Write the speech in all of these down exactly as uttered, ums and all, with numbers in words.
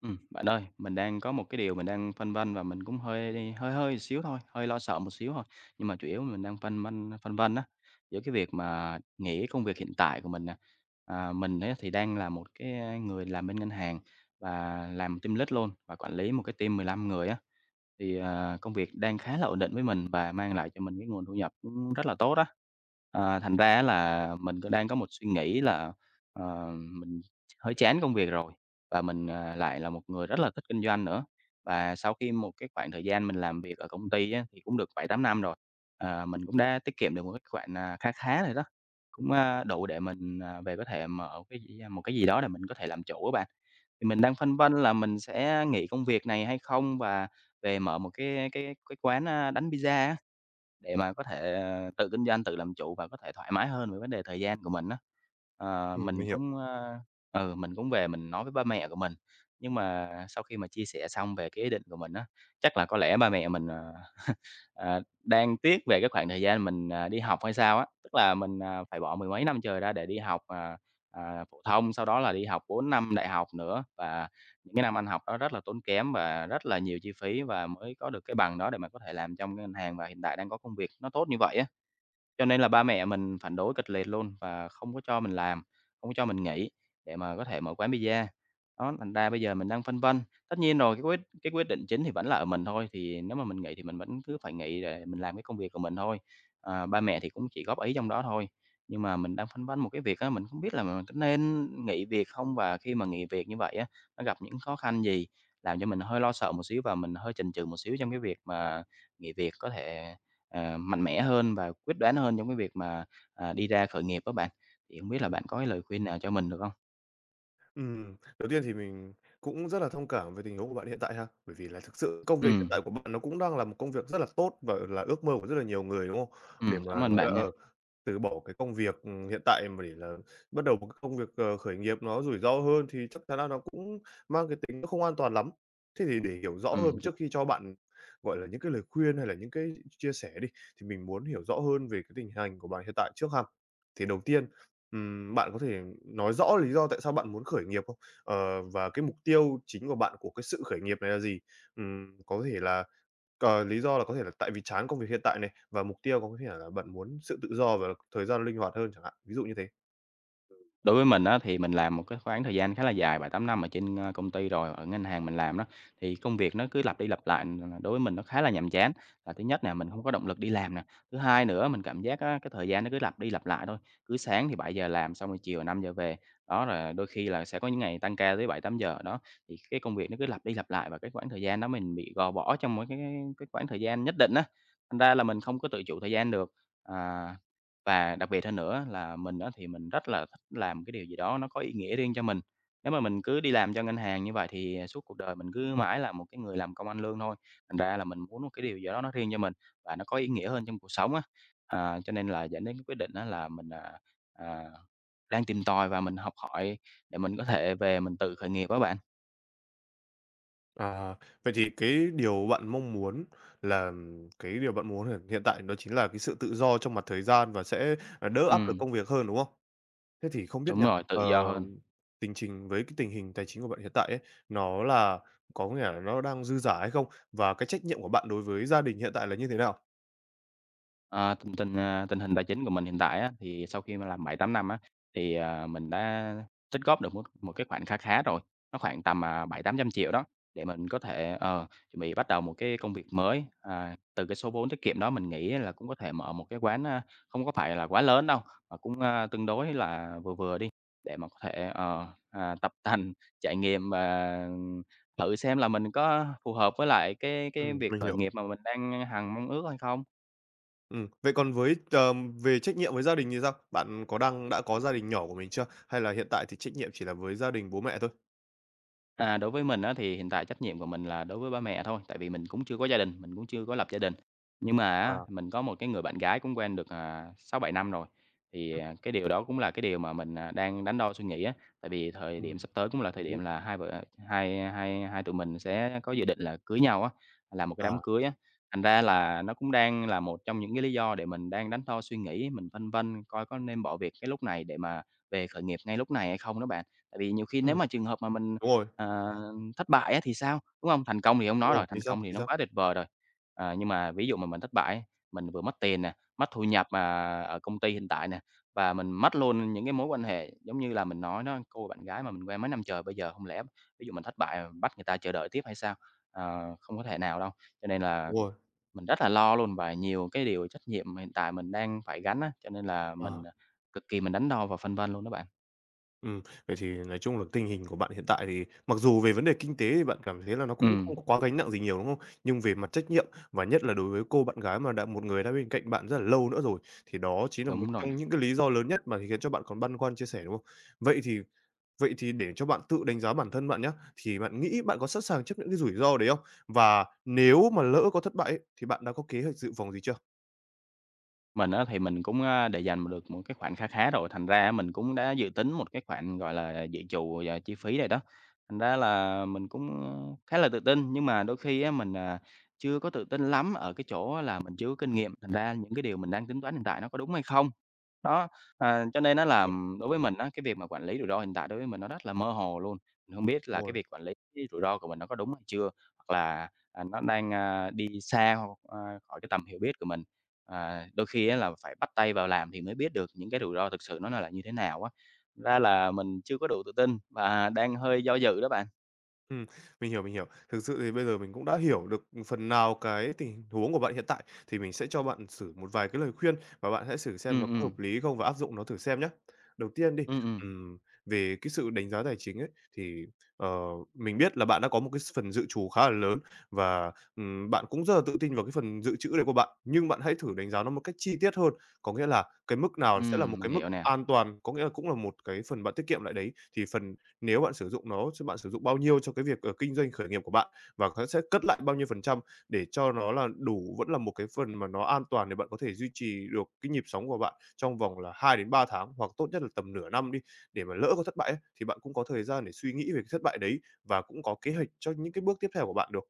Ừm, bạn ơi, mình đang có một cái điều mình đang phân vân và mình cũng hơi đi hơi hơi xíu thôi, hơi lo sợ một xíu thôi. Nhưng mà chủ yếu mình đang phân vân phân vân á, giữa cái việc mà nghỉ công việc hiện tại của mình nè. À, mình ấy thì đang là một cái, người làm bên ngân hàng và làm team lead luôn và quản lý một cái team mười lăm người á. Thì, à, công việc đang khá là ổn định với mình và mang lại cho mình cái nguồn thu nhập cũng rất là tốt á. À, thành ra là mình cũng đang có một suy nghĩ là, ờ, mình hơi chán công việc rồi và mình, à, lại là một người rất là thích kinh doanh nữa. Và sau khi một cái khoảng thời gian mình làm việc ở công ty á, thì cũng được bảy tám năm rồi, ờ, mình cũng đã tiết kiệm được một cái khoản, à, kha khá rồi đó, cũng, a, đủ để mình, à, về có thể mở cái gì à, một cái gì đó để mình có thể làm chủ á bạn. Thì mình đang phân vân là mình sẽ nghỉ công việc này hay không và về mở một cái cái cái quán, a, đánh pizza á. Để mà có thể, ờ, tự kinh doanh, tự làm chủ và có thể thoải mái hơn về vấn đề thời gian của mình á. Ờ, Ừm, mình mình hiểu. cũng, ơ, ừ, mình cũng về mình nói với ba mẹ của mình, nhưng mà sau khi mà chia sẻ xong về cái ý định của mình á, chắc là có lẽ ba mẹ mình, ờ ờ, đang tiếc về cái khoảng thời gian mình, à, đi học hay sao á. Tức là mình, à, phải bỏ mười mấy năm trời ra để đi học, à, à, phổ thông, sau đó là đi học bốn năm đại học nữa, và những cái năm anh học đó rất là tốn kém và rất là nhiều chi phí và mới có được cái bằng đó để mà có thể làm trong cái ngân hàng và hiện tại đang có công việc nó tốt như vậy á. Cho nên là ba mẹ mình phản đối kịch liệt luôn và không có cho mình làm, không có cho mình nghỉ để mà có thể mở quán pizza. Đó, thành ra bây giờ mình đang phân vân. Tất nhiên rồi cái quyết cái quyết định chính thì vẫn là ở mình thôi, thì nếu mà mình nghỉ thì mình vẫn cứ phải nghỉ để mình làm cái công việc của mình thôi. À, ba mẹ thì cũng chỉ góp ý trong đó thôi. Nhưng mà mình đang phân vân một cái việc á, mình không biết là mình có nên nghỉ việc không? Và khi mà nghỉ việc như vậy á, nó gặp những khó khăn gì? Làm cho mình hơi lo sợ một xíu và mình hơi chần chừ một xíu trong cái việc mà nghỉ việc có thể ờ, mạnh mẽ hơn và quyết đoán hơn trong cái việc mà, à, đi ra khởi nghiệp đó bạn. Thì không biết là Ừ, bạn có cái lời khuyên nào cho mình được không? Ừm, đầu tiên thì mình cũng rất là thông cảm về tình huống của bạn hiện tại ha, bởi vì là thực sự công việc hiện Ừ, tại của bạn nó cũng đang là một công việc rất là tốt và là ước mơ của rất là nhiều người, đúng không? Để ừm, mà cảm ơn nói là, bạn ờ nha. từ bỏ cái công việc, ừ, hiện tại mà để là bắt đầu một cái công việc, ờ, khởi nghiệp nó rủi ro hơn thì chắc chắn là nó cũng mang cái tính nó không an toàn lắm. Thế thì để hiểu rõ hơn Ừm. trước khi cho bạn, gọi là, những cái lời khuyên hay là những cái chia sẻ đi, thì mình muốn hiểu rõ hơn về cái tình hình của bạn hiện tại trước ha. Thì đầu tiên, ừm, bạn có thể nói rõ lý do tại sao bạn muốn khởi nghiệp không? Ờ, và cái mục tiêu chính của bạn của cái sự khởi nghiệp này là gì? Ừm, có thể là. Ờ, lý do là có thể là tại vì chán công việc hiện tại này, và mục tiêu có thể là bạn muốn sự tự do và thời gian linh hoạt hơn chẳng hạn, ví dụ như thế. Đối với mình á, thì mình làm một cái khoảng thời gian khá là dài, bảy tám năm ở trên, ơ, công ty rồi, ở ngân hàng mình làm đó, thì công việc nó cứ lặp đi lặp lại, ừm, đối với mình nó khá là nhàm chán. Là thứ nhất nè, mình không có động lực đi làm nè, thứ hai nữa mình cảm giác á, cái thời gian nó cứ lặp đi lặp lại thôi, cứ sáng thì bảy giờ làm xong rồi chiều năm giờ về. Đó, rồi đôi khi là sẽ có những ngày tăng ca tới bảy tám giờ đó, thì cái công việc nó cứ lặp đi lặp lại và cái khoảng thời gian đó mình bị gò bó trong một cái cái khoảng thời gian nhất định á, thành ra là mình không có tự chủ thời gian được. À. Và đặc biệt hơn nữa là mình đó thì mình rất là thích làm cái điều gì đó nó có ý nghĩa riêng cho mình. Nếu mà mình cứ đi làm cho ngân hàng như vậy thì suốt cuộc đời mình cứ mãi là một cái người làm công ăn lương thôi. Thành ra là mình muốn một cái điều gì đó nó riêng cho mình và nó có ý nghĩa hơn trong cuộc sống á. À, cho nên là dẫn đến cái quyết định á, là mình, à, à, đang tìm tòi và mình học hỏi để mình có thể về mình tự khởi nghiệp đó bạn. À. Vậy thì cái điều bạn mong muốn là cái điều bạn muốn hiện hiện tại đó chính là cái sự tự do trong mặt thời gian và sẽ, à, đỡ áp lực Ừm, công việc hơn, đúng không? Thế thì không biết đúng nha, rồi, tự ờ, do hơn. tình trình với cái tình hình tài chính của bạn hiện tại ấy, nó là có nghĩa là nó đang dư giả hay không? Và cái trách nhiệm của bạn đối với gia đình hiện tại là như thế nào? Ờ, tình tình, à, tình hình tài chính của mình hiện tại á, thì sau khi mà làm bảy tám năm á, thì, à, mình đã tích góp được một một cái khoản khá khá rồi, nó khoảng tầm, à, bảy tám trăm triệu đó, để mình có thể, ờ, chuẩn bị bắt đầu một cái công việc mới. À, từ cái số vốn tiết kiệm đó mình nghĩ là cũng có thể mở một cái quán, a, không có phải là quá lớn đâu, mà cũng, a, tương đối là vừa vừa đi, để mà có thể, ờ, à, tập tành, trải nghiệm và thử xem là mình có phù hợp với lại cái cái Ừm, việc mình khởi hiểu. nghiệp mà mình đang hằng mong ước hay không. Ừm, vậy còn với, ờm, về trách nhiệm với gia đình thì sao? Bạn có đang đã có gia đình nhỏ của mình chưa? Hay là hiện tại thì trách nhiệm chỉ là với gia đình bố mẹ thôi? À, đối với mình á, thì hiện tại trách nhiệm của mình là đối với ba mẹ thôi, tại vì mình cũng chưa có gia đình, mình cũng chưa có lập gia đình. Nhưng mà á, À. mình có một cái người bạn gái cũng quen được, à, sáu bảy năm rồi, thì, Ừm. à, cái điều đó cũng là cái điều mà mình, à, đang đắn đo suy nghĩ á. Tại vì thời điểm Ừm, sắp tới cũng là thời điểm đúng. là hai vợ hai hai hai tụi mình sẽ có dự định là cưới nhau á, làm một cái đám À. cưới á. Thành ra là nó cũng đang là một trong những cái lý do để mình đang đắn đo suy nghĩ, mình phân vân coi có nên bỏ việc cái lúc này để mà về khởi nghiệp ngay lúc này hay không đó bạn. Tại vì nhiều khi nếu Ừm, mà trường hợp mà mình đúng rồi. Ờ, thất bại á thì sao, đúng không? Thành công thì hông Đúng nói rồi. rồi, Thì thành sao, công thì thì nó sao? quá tuyệt vời rồi. Ờ, nhưng mà ví dụ mà mình thất bại mình vừa mất tiền nè, mất thu nhập, mà ở công ty hiện tại nè, và mình mất luôn những cái mối quan hệ giống như là mình nói đó, cô bạn gái mà mình quen mấy năm trời, bây giờ không lẽ ví dụ mình thất bại, bắt người ta chờ đợi tiếp hay sao? Ờ, không có thể nào đâu. Cho nên là Đúng rồi. mình rất là lo luôn và nhiều cái điều trách nhiệm hiện tại mình đang phải gánh á, cho nên là mình, À. à, cực kỳ mình đắn đo và phân vân luôn đó bạn. Ừm, vậy thì nói chung là tình hình của bạn hiện tại thì mặc dù về vấn đề kinh tế thì bạn cảm thấy là nó cũng không Ừm, có quá gánh nặng gì nhiều, đúng không? Nhưng về mặt trách nhiệm và nhất là đối với cô bạn gái mà đã một người đã bên cạnh bạn rất là lâu nữa rồi, thì đó chính là một đúng rồi. trong những cái lý do lớn nhất mà khiến cho bạn còn băn khoăn chia sẻ, đúng không? Vậy thì vậy thì để cho bạn tự đánh giá bản thân bạn nhé, thì bạn nghĩ bạn có sẵn sàng chấp nhận cái rủi ro đấy không? Và nếu mà lỡ có thất bại ấy, thì bạn đã có kế hoạch dự phòng gì chưa? Mình á thì mình cũng, a, để dành được một cái khoản kha khá rồi, thành ra mình cũng đã dự tính một cái khoản, gọi là, dự trù và chi phí rồi đó. Thành ra là mình cũng, khá là tự tin, nhưng mà đôi khi á mình, à, chưa có tự tin lắm ở cái chỗ á là mình chưa có kinh nghiệm, thành ra những cái điều mình đang tính toán hiện tại nó có đúng hay không. Đó, à, cho nên nó Hiểu. làm đối với mình á, cái việc mà quản lý rủi ro hiện tại đối với mình nó rất là mơ hồ luôn. Mình hông biết Đúng là cái rồi. việc quản lý rủi ro của mình nó có đúng hay chưa, hoặc là, à, nó đang, a, đi xa, a, khỏi cái tầm hiểu biết của mình. À, đôi khi á là phải bắt tay vào làm thì mới biết được những cái rủi ro thực sự nó là như thế nào á. Ra là mình chưa có đủ tự tin và đang hơi do dự đó bạn. Ừm, mình hiểu, mình hiểu. Thực sự thì bây giờ mình cũng đã hiểu được phần nào cái tình huống của bạn hiện tại, thì mình sẽ cho bạn thử một vài cái lời khuyên và bạn hãy thử Ừ xem nó có ừ, hợp lý không và áp dụng nó thử xem nhé. Đầu tiên đi, ừ ừ. ừm, về cái sự đánh giá tài chính ấy, thì, ờ, mình biết là bạn đã có một cái s phần dự trù khá là lớn và, ừm, bạn cũng rất là tự tin vào cái phần dự trữ này của bạn, nhưng bạn hãy thử đánh giá nó một cách chi tiết hơn. Có nghĩa là cái mức nào sẽ là một Ừm, mình cái mức hiểu nè. an toàn, có nghĩa là cũng là một cái phần bạn tiết kiệm lại đấy, thì phần nếu bạn sử dụng nó, chứ bạn sử dụng bao nhiêu cho cái việc, ờ, kinh doanh khởi nghiệp của bạn và nó sẽ cất lại bao nhiêu phần trăm để cho nó là đủ vẫn là một cái phần mà nó an toàn để bạn có thể duy trì được cái nhịp sống của bạn trong vòng là hai đến ba tháng, hoặc tốt nhất là tầm nửa năm đi, để mà lỡ có thất bại ấy, thì bạn cũng có thời gian để suy nghĩ về cái thất bại đấy và cũng có kế hoạch cho những cái bước tiếp theo của bạn được.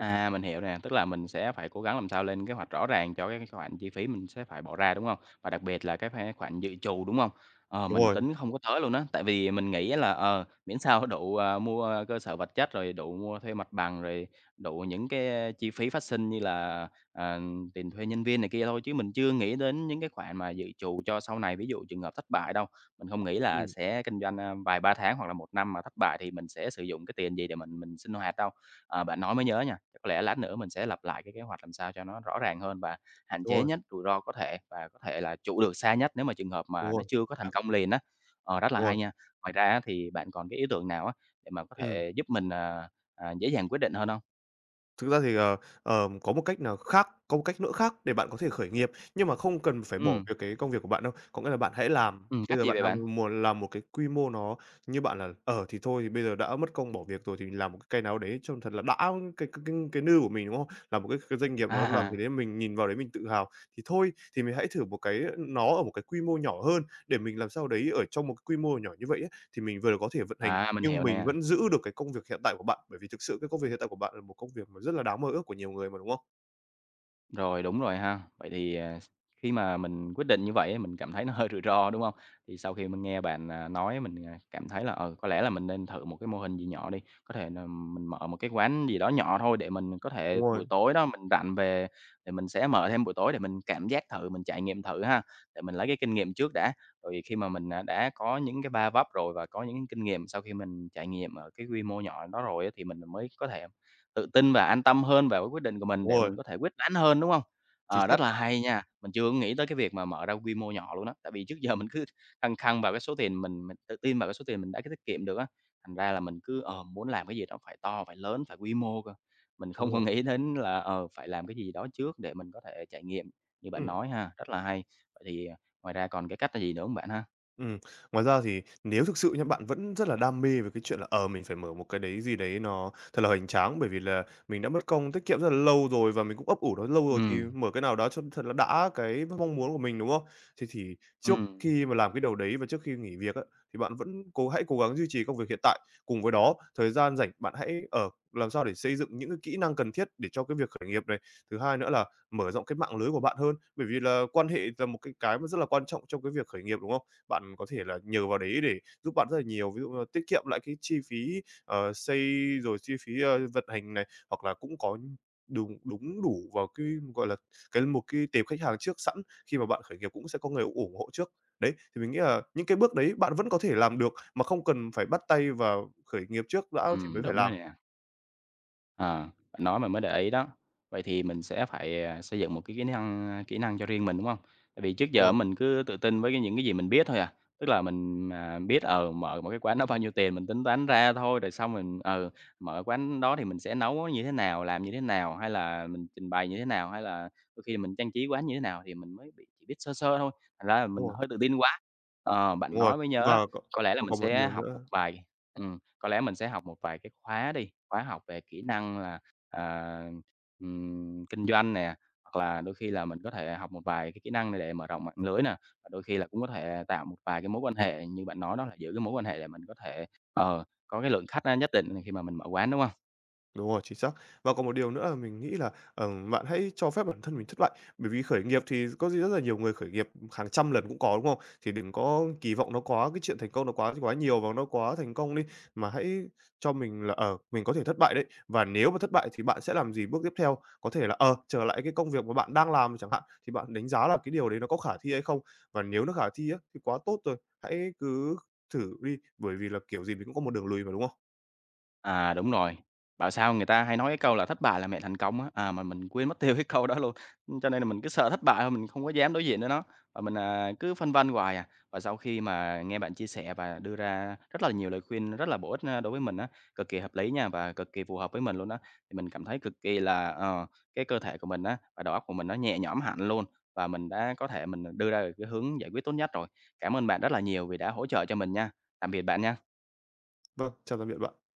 À, mình hiểu nè, tức là mình sẽ phải cố gắng làm sao lên kế hoạch rõ ràng cho cái khoản chi phí mình sẽ phải bỏ ra, đúng không? Và đặc biệt là cái khoe khoản dự trù, đúng không? Ờ, Đúng mình rồi, tính không có tới luôn á, tại vì mình nghĩ là, ờ, miễn sao đủ, à, mua cơ sở vật chất, rồi đủ mua thuê mặt bằng, rồi đủ những cái chi phí phát sinh như là, à, tiền thuê nhân viên này kia thôi, chứ mình chưa nghĩ đến những cái khoản mà dự trù cho sau này, ví dụ trường hợp thất bại đâu. Mình không nghĩ là ừm, sẽ kinh doanh, a, vài ba tháng hoặc là một năm mà thất bại thì mình sẽ sử dụng cái tiền gì để mình mình sinh hoạt đâu. Ờ, bạn nói mới nhớ nha, chắc có lẽ lát nữa mình sẽ lập lại cái kế hoạch làm sao cho nó rõ ràng hơn và hạn đúng chế rồi, nhất rủi ro có thể và có thể là trụ được xa nhất nếu mà trường hợp đúng mà nó rồi, chưa có chính xác, thành công liền á. Ờ, rất là đúng rồi. hay nha. Ngoài ra á thì bạn còn cái ý tưởng nào á để mà có Ừm. thể giúp mình, à, à, dễ dàng quyết định hơn không? Thực ra thì, ờ, ờ, có một cách nào khác có một cách nữa khác để bạn có thể khởi nghiệp, nhưng mà không cần phải bỏ Ừ, việc cái công việc của bạn đâu. Có nghĩa là bạn hãy làm, ừm, bây cách giờ gì bạn vậy bạn? đang muốn làm một cái quy mô nó như bạn là ở thì thôi thì bây giờ đã mất công bỏ việc rồi thì mình làm một cái nào đấy trông thật là đã cái cái cái cái nư của mình", đúng không? Làm một cái cái doanh nghiệp nó làm gì À, đấy mình nhìn vào đấy mình tự hào, thì thôi thì mình hãy thử một cái nó ở một cái quy mô nhỏ hơn để mình làm sao đấy ở trong một cái quy mô nhỏ như vậy á, thì mình vừa có thể vận hành à, mình nhưng hiểu mình nè. vẫn giữ được cái công việc hiện tại của bạn, bởi vì thực sự cái công việc hiện tại của bạn là một công việc mà rất là đáng mơ ước của nhiều người mà, đúng không? Rồi, đúng rồi ha. Vậy thì, à, khi mà mình quyết định như vậy á, mình cảm thấy nó hơi rủi ro, đúng không? Thì sau khi mình nghe bạn, à, nói mình, à, cảm thấy là, ờ có lẽ là mình nên thử một cái mô hình gì nhỏ đi, có thể là mình mở một cái quán gì đó nhỏ thôi để mình có Đúng thể rồi, buổi tối đó mình rảnh về để mình sẽ mở thêm buổi tối để mình cảm giác thử, mình trải nghiệm thử ha, để mình lấy cái kinh nghiệm trước đã. Rồi khi mà mình, à, đã có những cái ba vấp rồi và có những kinh nghiệm sau khi mình trải nghiệm ở cái quy mô nhỏ đó rồi á, thì mình mới có thể tự tin và an tâm hơn vào cái quyết định của mình đúng để rồi, mình có thể quyết đoán hơn, đúng không? chính Ờ, xác, rất là hay nha, mình chưa có nghĩ tới cái việc mà mở ra quy mô nhỏ luôn á, tại vì trước giờ mình cứ khăng khăng vào cái số tiền mình mình tự tin vào cái số tiền mình đã tiết kiệm được á, thành ra là mình cứ, ờ, muốn làm cái gì đó phải to, phải lớn, phải quy mô cơ. Mình đúng không có rồi. nghĩ đến là, ờ, phải làm cái gì đó trước để mình có thể trải nghiệm như bạn Ừm. nói ha, rất là hay. Vậy thì, à, ngoài ra còn cái cách là gì nữa không bạn ha? Ừm, ngoài ra thì nếu thực sự nha, bạn vẫn rất là đam mê về cái chuyện là, ờ, mình phải mở một cái đấy gì đấy nó thật là hoành tráng, bởi vì là mình đã mất công tiết kiệm rất là lâu rồi và mình cũng ấp ủ nó lâu rồi, thì Ừm, mở cái nào đó cho thật là đã cái mong muốn của mình, đúng không? thì thì trước ừm, khi mà làm cái đầu đấy và trước khi nghỉ việc á, thì bạn vẫn cố hãy cố gắng duy trì công việc hiện tại. Cùng với đó, thời gian rảnh bạn hãy, ở làm sao để xây dựng những cái kỹ năng cần thiết để cho cái việc khởi nghiệp này. Thứ hai nữa là mở rộng cái mạng lưới của bạn hơn, bởi vì là quan hệ là một cái cái mà rất là quan trọng trong cái việc khởi nghiệp, đúng không? Bạn có thể là nhờ vào đấy để giúp bạn rất là nhiều, ví dụ như là tiết kiệm lại cái chi phí, ờ, xây rồi chi phí, ơ, vận hành này, hoặc là cũng có đúng đúng đủ vào cái, gọi là, cái một cái tệp khách hàng trước sẵn, khi mà bạn khởi nghiệp cũng sẽ có người ủng hộ trước. Đấy, thì mình nghĩ là những cái bước đấy bạn vẫn có thể làm được mà không cần phải bắt tay vào khởi nghiệp trước đã thì mới ừm, phải đúng rồi làm. nè. Ờ, bạn nói mình mới để ý đó. Vậy thì mình sẽ phải, à, xây dựng một cái kỹ năng, kỹ năng cho riêng mình, đúng không? Tại vì trước Đúng giờ rồi, mình cứ tự tin với cái những cái gì mình biết thôi à, tức là mình, à, biết, ờ, mở một cái quán đó bao nhiêu tiền mình tính toán ra thôi, rồi xong mình, ừ, mở quán đó thì mình sẽ nấu như thế nào, làm như thế nào, hay là mình trình bày như thế nào, hay là đôi khi mình trang trí quán như thế nào thì mình mới bị chỉ biết sơ sơ thôi, thành ra là đúng mình rồi, hơi tự tin quá. Ờ, bạn đúng rồi. nói mới nhớ Và có có lẽ là và mình còn một sẽ điều học một nữa. vài ừm. Có lẽ mình sẽ học một vài cái khóa đi, khóa học về kỹ năng là, à, ừm, kinh doanh nè, hoặc là đôi khi là mình có thể học một vài cái kỹ năng để mở rộng mạng lưới nè, và đôi khi là cũng có thể tạo một vài cái mối quan hệ như bạn nói đó là giữ cái mối quan hệ để mình có thể, ờ, có cái lượng khách, a, nhất định khi mà mình mở quán, đúng không? Đúng rồi, chính xác. Và còn một điều nữa là mình nghĩ là, ờm, bạn hãy cho phép bản thân mình thất bại, bởi vì khởi nghiệp thì có gì rất là nhiều người khởi nghiệp hàng trăm lần cũng có, đúng không? Thì đừng có kỳ vọng nó quá cái chuyện thành công nó quá quá nhiều và nó quá thành công đi, mà hãy cho mình là, ở mình có thể thất bại đấy, và nếu mà thất bại thì bạn sẽ làm gì bước tiếp theo? Có thể là, ờ, trở lại cái công việc mà bạn đang làm chẳng hạn, thì bạn đánh giá là cái điều đấy nó có khả thi hay không? Và nếu nó khả thi á, thì quá tốt rồi, hãy cứ thử đi, bởi vì là kiểu gì mình cũng có một đường lùi mà, đúng không? À, đúng rồi. Bảo sao người ta hay nói cái câu là "Thất bại là mẹ thành công" á, à, mà mình quên mất tiêu cái câu đó luôn. Cho nên là mình cứ sợ thất bại thôi, mình không có dám đối diện với nó, và mình, à, cứ phân vân hoài à. Và sau khi mà nghe bạn chia sẻ và đưa ra rất là nhiều lời khuyên rất là bổ ích, a, đối với mình á, cực kỳ hợp lý nha và cực kỳ phù hợp với mình luôn á, thì mình cảm thấy cực kỳ là, ờ, cái cơ thể của mình á và đầu óc của mình nó nhẹ nhõm hẳn luôn, và mình đã có thể mình đưa ra được cái hướng giải quyết tốt nhất rồi. Cảm ơn bạn rất là nhiều vì đã hỗ trợ cho mình nha. Tạm biệt bạn nha. Vâng, chào tạm biệt bạn.